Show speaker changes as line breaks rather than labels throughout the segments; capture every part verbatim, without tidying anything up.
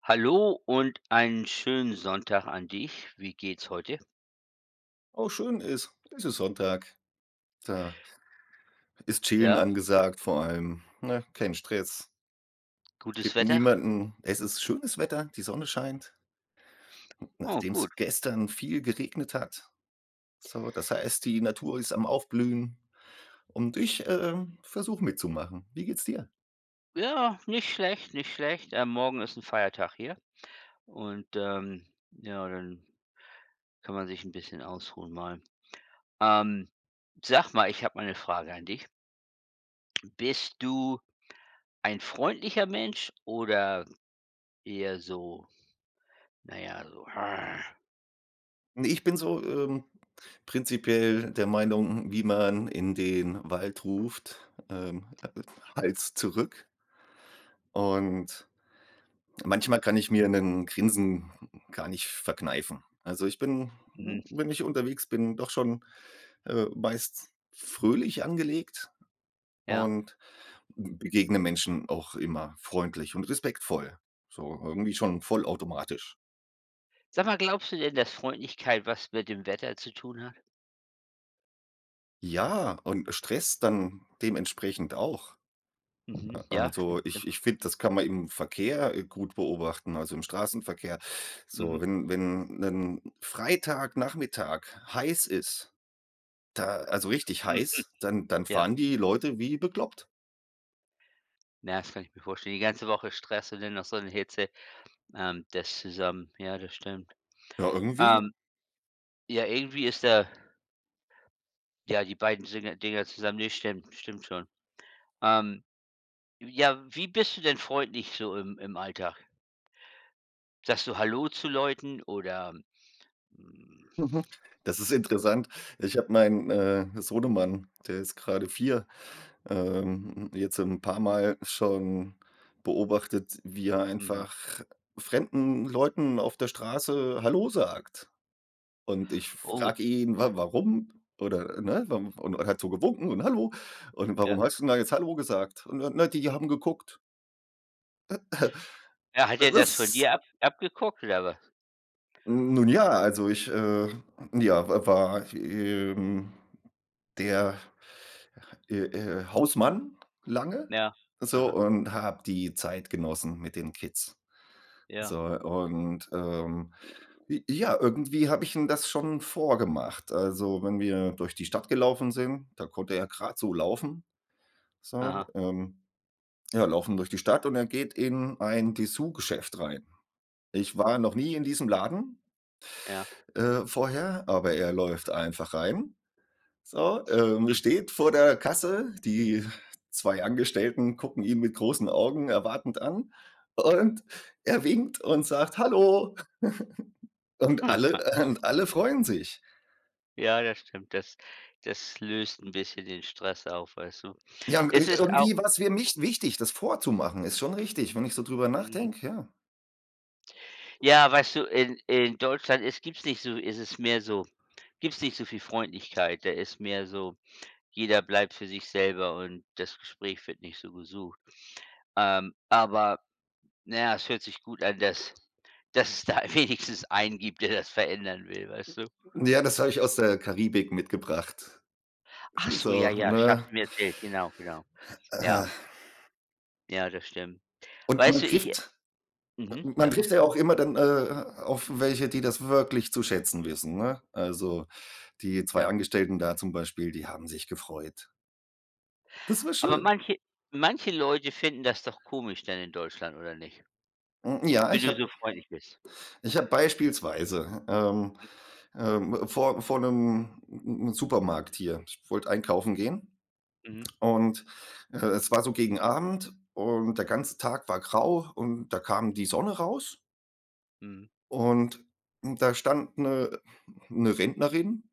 Hallo und einen schönen Sonntag an dich. Wie geht's heute?
Auch schön ist. Es ist Sonntag. Da ist Chillen
Ja,
angesagt vor allem, ne? Kein Stress.
gutes
Gibt
Wetter?
niemanden, es ist schönes Wetter, die Sonne scheint,
Oh,
nachdem
gut.
es gestern viel geregnet hat. So, das heißt, die Natur ist am Aufblühen und ich, ähm, versuche mitzumachen. Wie geht's dir?
Ja, nicht schlecht, nicht schlecht. Äh, morgen ist ein Feiertag hier und, ähm, ja, dann kann man sich ein bisschen ausruhen mal. Ähm, Sag mal, ich habe mal 'ne Frage an dich. Bist du ein freundlicher Mensch oder eher so, Naja ja, so "Arr",
Ne, ich bin so, ähm, prinzipiell der Meinung, wie man in den Wald ruft, ähm, Hals zurück. Und manchmal kann ich mir 'nen Grinsen gar nicht verkneifen. Also, ich bin,
mhm,
wenn ich unterwegs bin, doch schon, äh, meist fröhlich angelegt
ja.
und begegne Menschen auch immer freundlich und respektvoll. So irgendwie schon vollautomatisch.
Sag mal, glaubst du denn, dass Freundlichkeit was mit dem Wetter zu tun hat?
Ja, und Stress dann dementsprechend auch.
Mhm, ja,
Also,
stimmt,
ich
stimmt.
ich finde, das kann man im Verkehr, äh, gut beobachten, also im Straßenverkehr. So,
Mhm,
wenn wenn 'nen Freitagnachmittag heiß ist, da also richtig
hm,
heiß, dann dann
ja.
fahren die Leute wie bekloppt.
Ja, das kann ich mir vorstellen. Die ganze Woche Stress und dann noch so eine Hitze, ähm, das zusammen. Ja, das stimmt.
Ja, irgendwie.
Ähm, ja, irgendwie ist da ja, die beiden Singe Dinger zusammen. Ne, stimmt, stimmt schon. Ähm, ja, wie bist du denn freundlich so im im Alltag? Sagst du Hallo zu Leuten oder hm,
Mhm. Das ist interessant. Ich habe meinen, äh, Sohnemann, der ist gerade vier, ähm, jetzt ein paar Mal schon beobachtet, wie er
mhm.
einfach fremden Leuten auf der Straße „Hallo“ sagt. Und ich
Oh,
frage ihn: „Wa warum?“ Oder, ne, wa, und er hat so gewunken und „Hallo“, und: „Warum
ja.
hast du denn da jetzt 'Hallo' gesagt?“ Und er: „Na, die haben geguckt.“
Ja, hat er das von
Was?
dir ab abgeguckt oder was?
Nun ja, also ich, äh, ja, wa war, ähm, der, äh, äh, Hausmann lange,
Ja.
so,
Aha.
und habe die Zeit genossen mit den Kids.
Ja.
So, und, ähm, j ja, irgendwie habe ich ihm das schon vorgemacht. Also, wenn wir durch die Stadt gelaufen sind, da konnte er gerade so laufen, so,
Aha.
ähm ja, laufen durch die Stadt, und er geht in ein Dessous-Geschäft rein. Ich war noch nie in diesem Laden,
Ja.
äh, vorher, aber er läuft einfach rein. So, ähm,
Hm.
steht vor der Kasse, die zwei Angestellten gucken ihn mit großen Augen erwartend an, und er winkt und sagt: „Hallo“, und alle und alle freuen sich.
Ja, das stimmt. Das das löst ein bisschen den Stress auf, weißt du?
Ja,
Es
ir
ist auch.
irgendwie war's für mich wichtig, das vorzumachen, ist schon richtig, wenn ich so drüber
Mhm.
nachdenke, ja.
Ja, weißt du, in in Deutschland, es gibt's nicht so, ist es mehr so, gibt's nicht so viel Freundlichkeit. Da ist mehr so, jeder bleibt für sich selber und das Gespräch wird nicht so gesucht. Ähm, aber na ja, es hört sich gut an, dass dass es da wenigstens einen gibt, der das verändern will, weißt du?
Ja, das habe ich aus der Karibik mitgebracht.
Ach so,
So,
ja, ja,
ne?
schaffst du mir erzählt. Genau, genau. Ja, ja, das stimmt.
Und
Weißt
man
du, ich
trifft.
mhm,
Man
sag mal.
trifft ja auch immer dann, äh, auf welche, die das wirklich zu schätzen wissen, ne? Also, die zwei
Ja.
Angestellten da zum Beispiel, die haben sich gefreut. Das war
Aber
schön.
manche manche Leute finden das doch komisch dann in Deutschland, oder nicht?
Hm, ja,
Wenn
ich
du
habe
so freundlich bist.
ich habe beispielsweise, ähm, ähm, vor vor 'nem, hm, Supermarkt hier, ich wollte einkaufen gehen,
Mhm,
und, äh, es war so gegen Abend, und der ganze Tag war grau, und da kam die Sonne raus.
mhm.
Und da stand 'ne 'ne Rentnerin.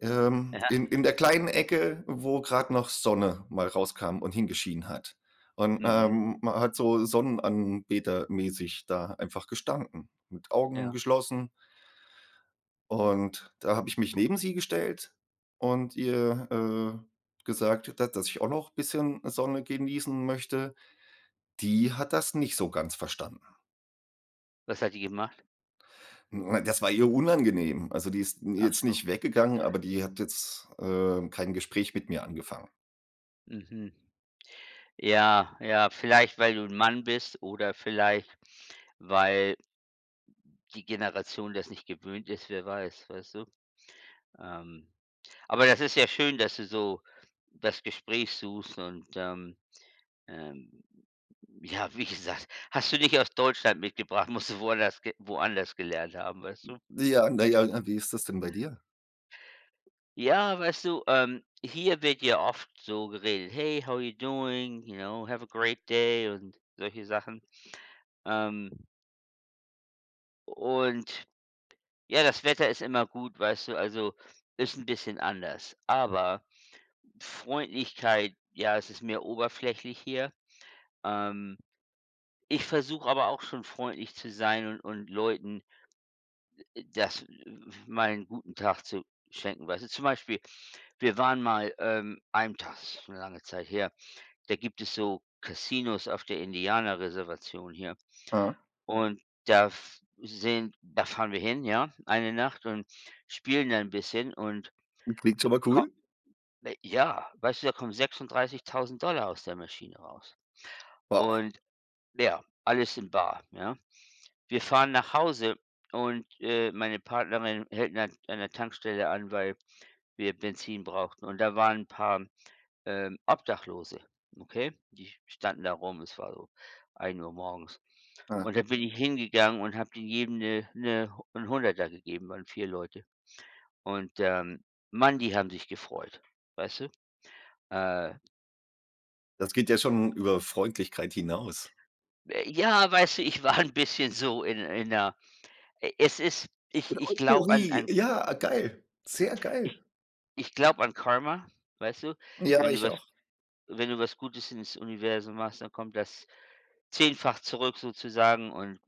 Ähm,
Ja,
in in der kleinen Ecke, wo gerade noch Sonne mal rauskam und hingeschienen hat. Und,
mhm,
ähm, man hat so sonnenanbetermäßig da einfach gestanden, mit Augen
ja.
geschlossen. Und da habe ich mich neben sie gestellt und ihr, äh, gesagt, da dass ich auch noch ein bisschen Sonne genießen möchte. Die hat das nicht so ganz verstanden.
Was hat die gemacht?
Das war ihr unangenehm. Also, die ist
Ach
jetzt
so,
nicht weggegangen, aber die hat jetzt, ähm, kein Gespräch mit mir angefangen.
mhm. Ja, ja, vielleicht, weil du 'n Mann bist oder vielleicht, weil die Generation das nicht gewöhnt ist, wer weiß, weißt du? Ähm, aber das ist ja schön, dass du so das Gespräch suchst und, ähm, ähm, ja, wie gesagt, hast du nicht aus Deutschland mitgebracht, musst du woanders ge woanders gelernt haben, weißt du?
Ja, na ja, äh, wie ist das denn bei dir?
Ja, weißt du, ähm, hier wird ja oft so geredet: „Hey, how you doing?", you know, „Have a great day" und solche Sachen. Ähm, und ja, das Wetter ist immer gut, weißt du, also ist ein bisschen anders. Aber Freundlichkeit, ja, es ist mehr oberflächlich hier. Ähm, Ich versuche aber auch schon freundlich zu sein, und und Leuten das äh, mal 'n guten Tag zu schenken, weißt du? Zum Beispiel, wir waren mal, ähm, einen Tag, das ist schon 'ne lange Zeit her. Da gibt es so Casinos auf der Indianerreservation hier,
Ah,
und da f sind da fahren wir hin, ja, eine Nacht, und spielen dann ein bisschen und
klingt schon mal
ko
cool.
ne, ja, weißt du, da kommen sechsunddreißigtausend aus der Maschine raus,
Wow.
und ja, alles in bar, ja. Wir fahren nach Hause, und äh, meine Partnerin hält 'ne an der Tankstelle an, weil wir Benzin brauchten, und da waren 'n paar ähm, Obdachlose, okay? Die standen da rum, es war so ein Uhr morgens.
Ah,
Und dann bin ich hingegangen und habe denen jedem eine 'ne 'n Hunderter gegeben, waren vier Leute. Und, ähm, Mann, die haben sich gefreut, weißt du? Äh,
das geht ja schon über Freundlichkeit hinaus.
ja, weißt du, ich war ein bisschen so in in 'ner, e es ist ich
Mit
ich glaube an
Euphorie.
an
Ja, geil. Sehr geil.
ich ich glaube an Karma, weißt du?
Ja,
Wenn du
ich
was
auch.
wenn du was Gutes ins Universum machst, dann kommt das zehnfach zurück sozusagen, und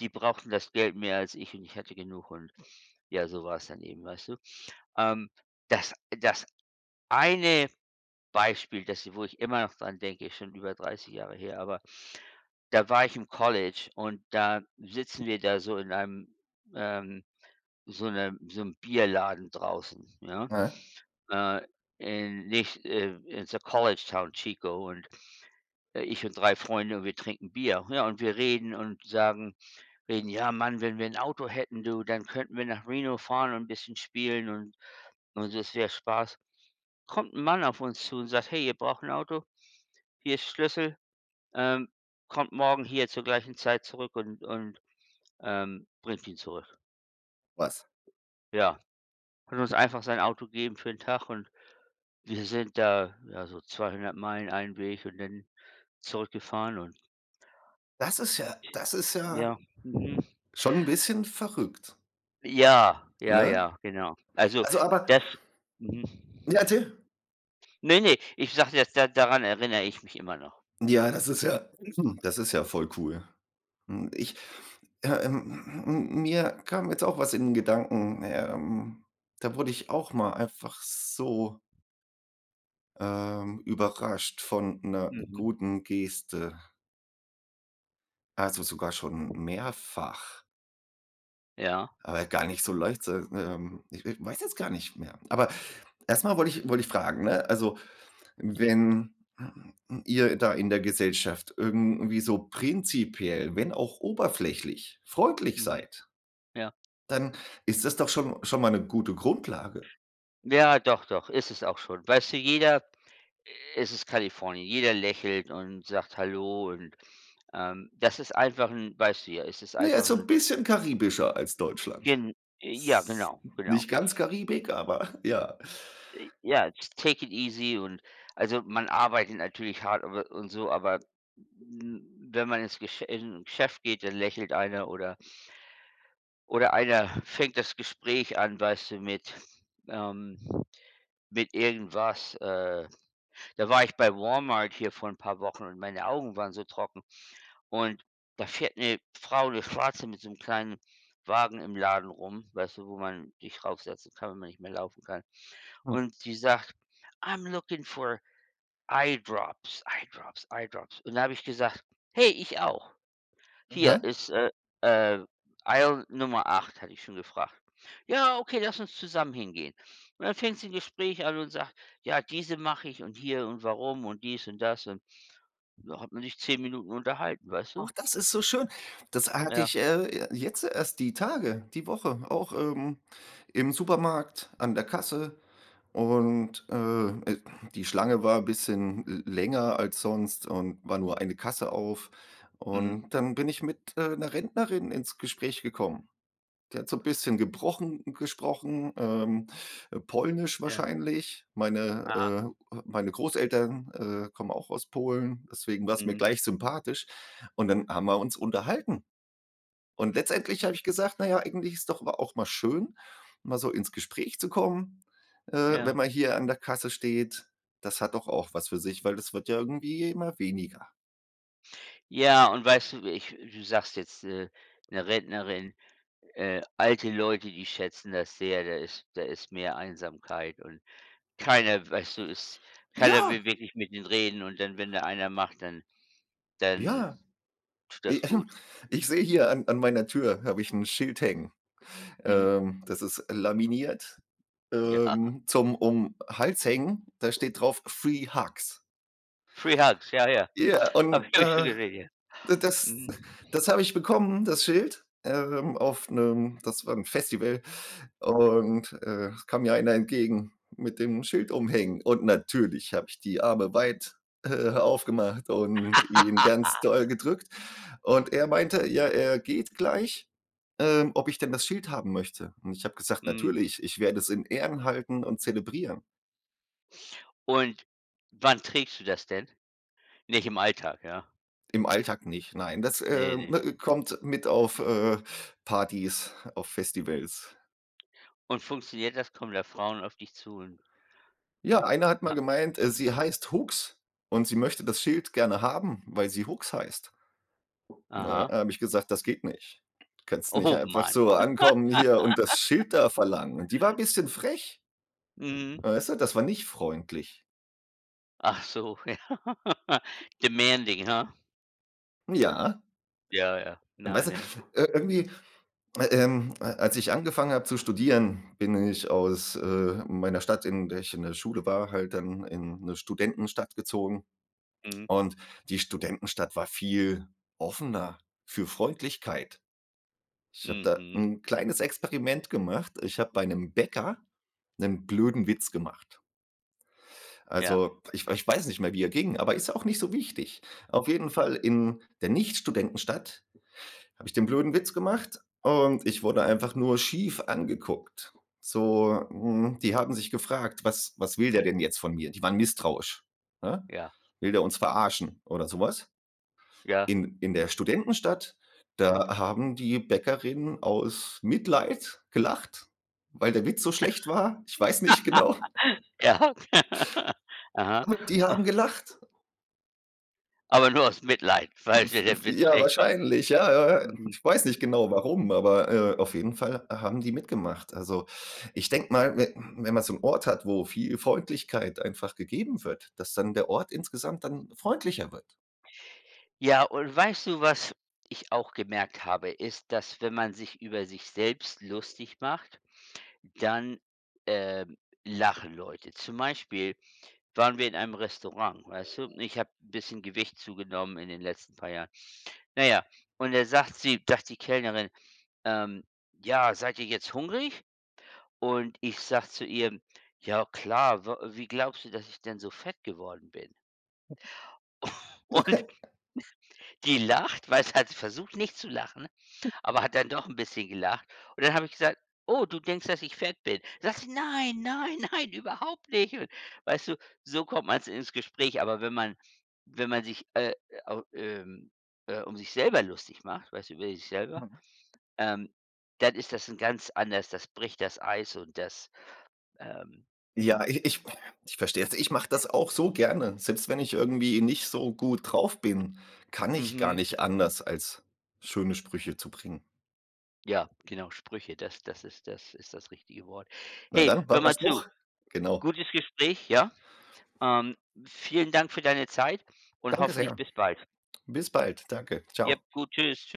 die brauchten das Geld mehr als ich, und ich hatte genug, und ja, so war es dann eben, weißt du? Ähm, das das eine Beispiel, das wo ich immer noch dran denke, ist schon über dreißig Jahre her. Aber da war ich im College, und da sitzen wir da so in einem, ähm so 'nem so einem Bierladen draußen, ja,
Ah,
Äh, in nächst äh, ist College Town Chico, und, äh, ich und drei Freunde, und wir trinken Bier. Ja, und wir reden und sagen reden: „Ja, Mann, wenn wir ein Auto hätten, du, dann könnten wir nach Reno fahren und ein bisschen spielen, und und das wäre Spaß." Kommt ein Mann auf uns zu und sagt: „Hey, ihr braucht ein Auto? Hier ist Schlüssel. Ähm, Kommt morgen hier zur gleichen Zeit zurück und und, ähm, bringt ihn zurück."
was?
Ja, hat uns einfach sein Auto gegeben für den Tag, und wir sind da, ja, so zweihundert Meilen einen Weg und dann zurückgefahren und
Das ist ja das ist ja
ja, mhm.
schon 'n bisschen verrückt,
Ja, ja,
ne?
ja, genau. Also,
Also, aber
das mhm.
ja, erzähl.
Ne, ne, ich sage jetzt, da daran erinnere ich mich immer noch.
Ja, das ist ja, hm, das ist ja voll cool. Hm, ich, ja, ähm, m mir kam jetzt auch was in 'n Gedanken, ähm, da wurde ich auch mal einfach so ähm, überrascht von einer
Mhm.
guten Geste, also sogar schon mehrfach,
Ja.
aber gar nicht so leicht, äh, ähm, ich we weiß jetzt gar nicht mehr. Aber erstmal wollte ich wollte ich fragen, ne, also,
Mhm.
wenn ihr da in der Gesellschaft irgendwie so prinzipiell, wenn auch oberflächlich, freundlich
Mhm.
seid,
Ja.
dann ist das doch schon schon mal eine gute Grundlage.
Ja, doch, doch, ist es auch schon. Weißt du, jeder es ist Kalifornien. Jeder lächelt und sagt „Hallo", und, ähm, das ist einfach ein weißt du, ja, es ist
Na ja,
einfach
so ein
ein
bisschen karibischer als Deutschland.
gen äh, ja,
S
genau, genau.
Nicht ganz Karibik, aber ja.
Äh, ja, just take it easy, und also, man arbeitet natürlich hart, aber und so, aber n wenn man ins Gesch in 'n Geschäft geht, dann lächelt einer, oder oder einer fängt das Gespräch an, weißt du, mit ähm, mit irgendwas. Äh, da war ich bei Walmart hier vor ein paar Wochen, und meine Augen waren so trocken, und da fährt eine Frau, eine Schwarze, mit so einem kleinen Wagen im Laden rum, weißt du, wo man dich raufsetzen kann, wenn man nicht mehr laufen kann. Und sie sagt: „I'm looking for Eye Drops, Eye Drops, Eye Drops." Und da habe ich gesagt: „Hey, ich auch. Hier
Mhm.
ist, äh, äh, Aisle Nummer acht", hatte ich schon gefragt. „Ja, okay, lass uns zusammen hingehen." Und dann fängt sie 'n Gespräch an und sagt: „Ja, diese mache ich und hier und warum und dies und das", und da hat man sich zehn Minuten unterhalten, weißt
Ach,
du?
das ist so schön. Das hatte
Ja,
ich, äh, jetzt erst die Tage, die Woche auch, ähm, im Supermarkt an der Kasse und, äh, äh, die Schlange war 'n bisschen l länger als sonst, und war nur eine Kasse auf.
mhm,
Und dann bin ich mit, äh, 'ner Rentnerin ins Gespräch gekommen. Der hat so ein bisschen gebrochen gesprochen, ähm, äh, Polnisch
ja,
wahrscheinlich. Meine,
aha,
äh meine Großeltern, äh, kommen auch aus Polen, deswegen war es mir
mhm,
gleich sympathisch. Und dann haben wir uns unterhalten. Und letztendlich habe ich gesagt: „Na ja, eigentlich ist doch aber auch mal schön, mal so ins Gespräch zu kommen, äh, wenn
ja.
man hier an der Kasse steht. Das hat doch auch was für sich, weil das wird ja irgendwie immer weniger.“
Ja, und weißt du, ich du sagst jetzt, äh, 'ne Rentnerin, äh, alte Leute, die schätzen das sehr, da ist da ist mehr Einsamkeit, und keiner, weißt du, ist keiner
Ja,
will wirklich mit ihnen reden, und dann, wenn da einer macht, dann dann
ja.
tut
I
das gut.
Ich sehe, hier an an meiner Tür habe ich ein Schild hängen.
Mhm,
Ähm, das ist laminiert,
ja.
ähm, zum um Hals hängen. Da steht drauf „Free Hugs“.
Free Hugs, ja, ja.
Ja, und,
Habe ich schon
äh,
gesehen, ja.
D das
Mhm.
das habe ich bekommen, das Schild, ähm, auf 'nem, das war 'n Festival, und, äh, kam mir einer entgegen mit dem Schild umhängen, und natürlich habe ich die Arme weit, äh, aufgemacht und ihn ganz doll gedrückt, und er meinte, ja, er geht gleich, ähm, ob ich denn das Schild haben möchte. Und ich habe gesagt:
Mhm.
„Natürlich, ich werde es in Ehren halten und zelebrieren.“
Und wann trägst du das denn? Nicht im Alltag, ja?
Im Alltag nicht, nein, das,
Ne, ne.
ähm, kommt mit auf, äh, Partys, auf Festivals.
Und funktioniert das? Kommen da Frauen auf dich zu und
Ja, einer hat mal
a
gemeint, äh, sie heißt Hooks und sie möchte das Schild gerne haben, weil sie Hooks heißt. Ne,
aha.
habe ich gesagt: „Das geht nicht. Du kannst nicht
Oh
einfach
Mann.
so ankommen hier und das Schild da verlangen.“ Und die war 'n bisschen frech,
Mhm.
weißt du? Das war nicht freundlich.
Ach so, ja. Demanding, ha?
Ja,
Ja, ja.
und weißt
Nein,
du,
ne.
äh, irgendwie, äh, ähm, a als ich angefangen habe zu studieren, bin ich aus, äh, meiner Stadt, in der ich in der Schule war, halt dann in eine Studentenstadt gezogen,
Mhm.
und die Studentenstadt war viel offener für Freundlichkeit. Ich habe da
Mhm.
ein kleines Experiment gemacht. Ich habe bei einem Bäcker einen blöden Witz gemacht.
Ja.
Also, ich ich weiß nicht mehr, wie er ging, aber ist auch nicht so wichtig. Auf jeden Fall in der Nicht-Studentenstadt habe ich den blöden Witz gemacht und ich wurde
Mhm.
einfach nur schief angeguckt. So, hm, die haben sich gefragt: „Was was will der denn jetzt von mir?“ Die waren misstrauisch, ne?
Ja.
Will der uns verarschen oder sowas?
Ja.
In in der Studentenstadt, da haben die Bäckerinnen aus Mitleid gelacht, weil der Witz so schlecht war. Ich weiß nicht genau,
Ja. Aha.
aber die haben gelacht.
Aber nur aus Mitleid, weil
V
der der
v
Witz
Ja,
schlecht war.
wahrscheinlich, ja, ja, ja.
Mhm.
Ich weiß nicht genau warum, aber, äh, auf jeden Fall haben die mitgemacht. Also, ich denke mal, we wenn man so einen Ort hat, wo viel Freundlichkeit einfach gegeben wird, dass dann der Ort insgesamt dann freundlicher wird.
Ja, und weißt du, was ich auch gemerkt habe, ist, dass wenn man sich über sich selbst lustig macht, dann, ähm, lachen Leute. Zum Beispiel waren wir in einem Restaurant, weißt du? Ich habe ein bisschen Gewicht zugenommen in den letzten paar Jahren. Na ja, und da sagt sie sagt die Kellnerin, ähm: „Ja, seid ihr jetzt hungrig?" Und ich sage zu ihr: „Ja klar, wa wie glaubst du, dass ich denn so fett geworden bin?" Und die lacht, weil sie hat versucht, nicht zu lachen, aber hat dann doch ein bisschen gelacht. Und dann habe ich gesagt: „Oh, du denkst, dass ich fett bin?" Sagt sie: „Nein, nein, nein, überhaupt nicht." Und weißt du, so kommt man ins Gespräch. Aber wenn man wenn man sich, äh, au ähm, äh, um sich selber lustig macht, weißt du, über sich selber, ähm, dann ist das ein ganz anders, das bricht das Eis, und das, ähm
Ja, ich ich ich verstehe es. Ich mache das auch so gerne. Selbst wenn ich irgendwie nicht so gut drauf bin, kann ich gar
mhm.
nicht anders, als schöne Sprüche zu bringen.
Ja, genau, Sprüche, das das ist das ist das richtige Wort.
Na
Hey,
dann, war
hör
mein
mal zu,
Spruch. Genau.
gutes Gespräch, ja? Ähm, Vielen Dank für deine Zeit und
Danke
hoffentlich
sehr.
bis bald.
Bis bald. Danke.
Ja,
Ciao.
gut, tschüss.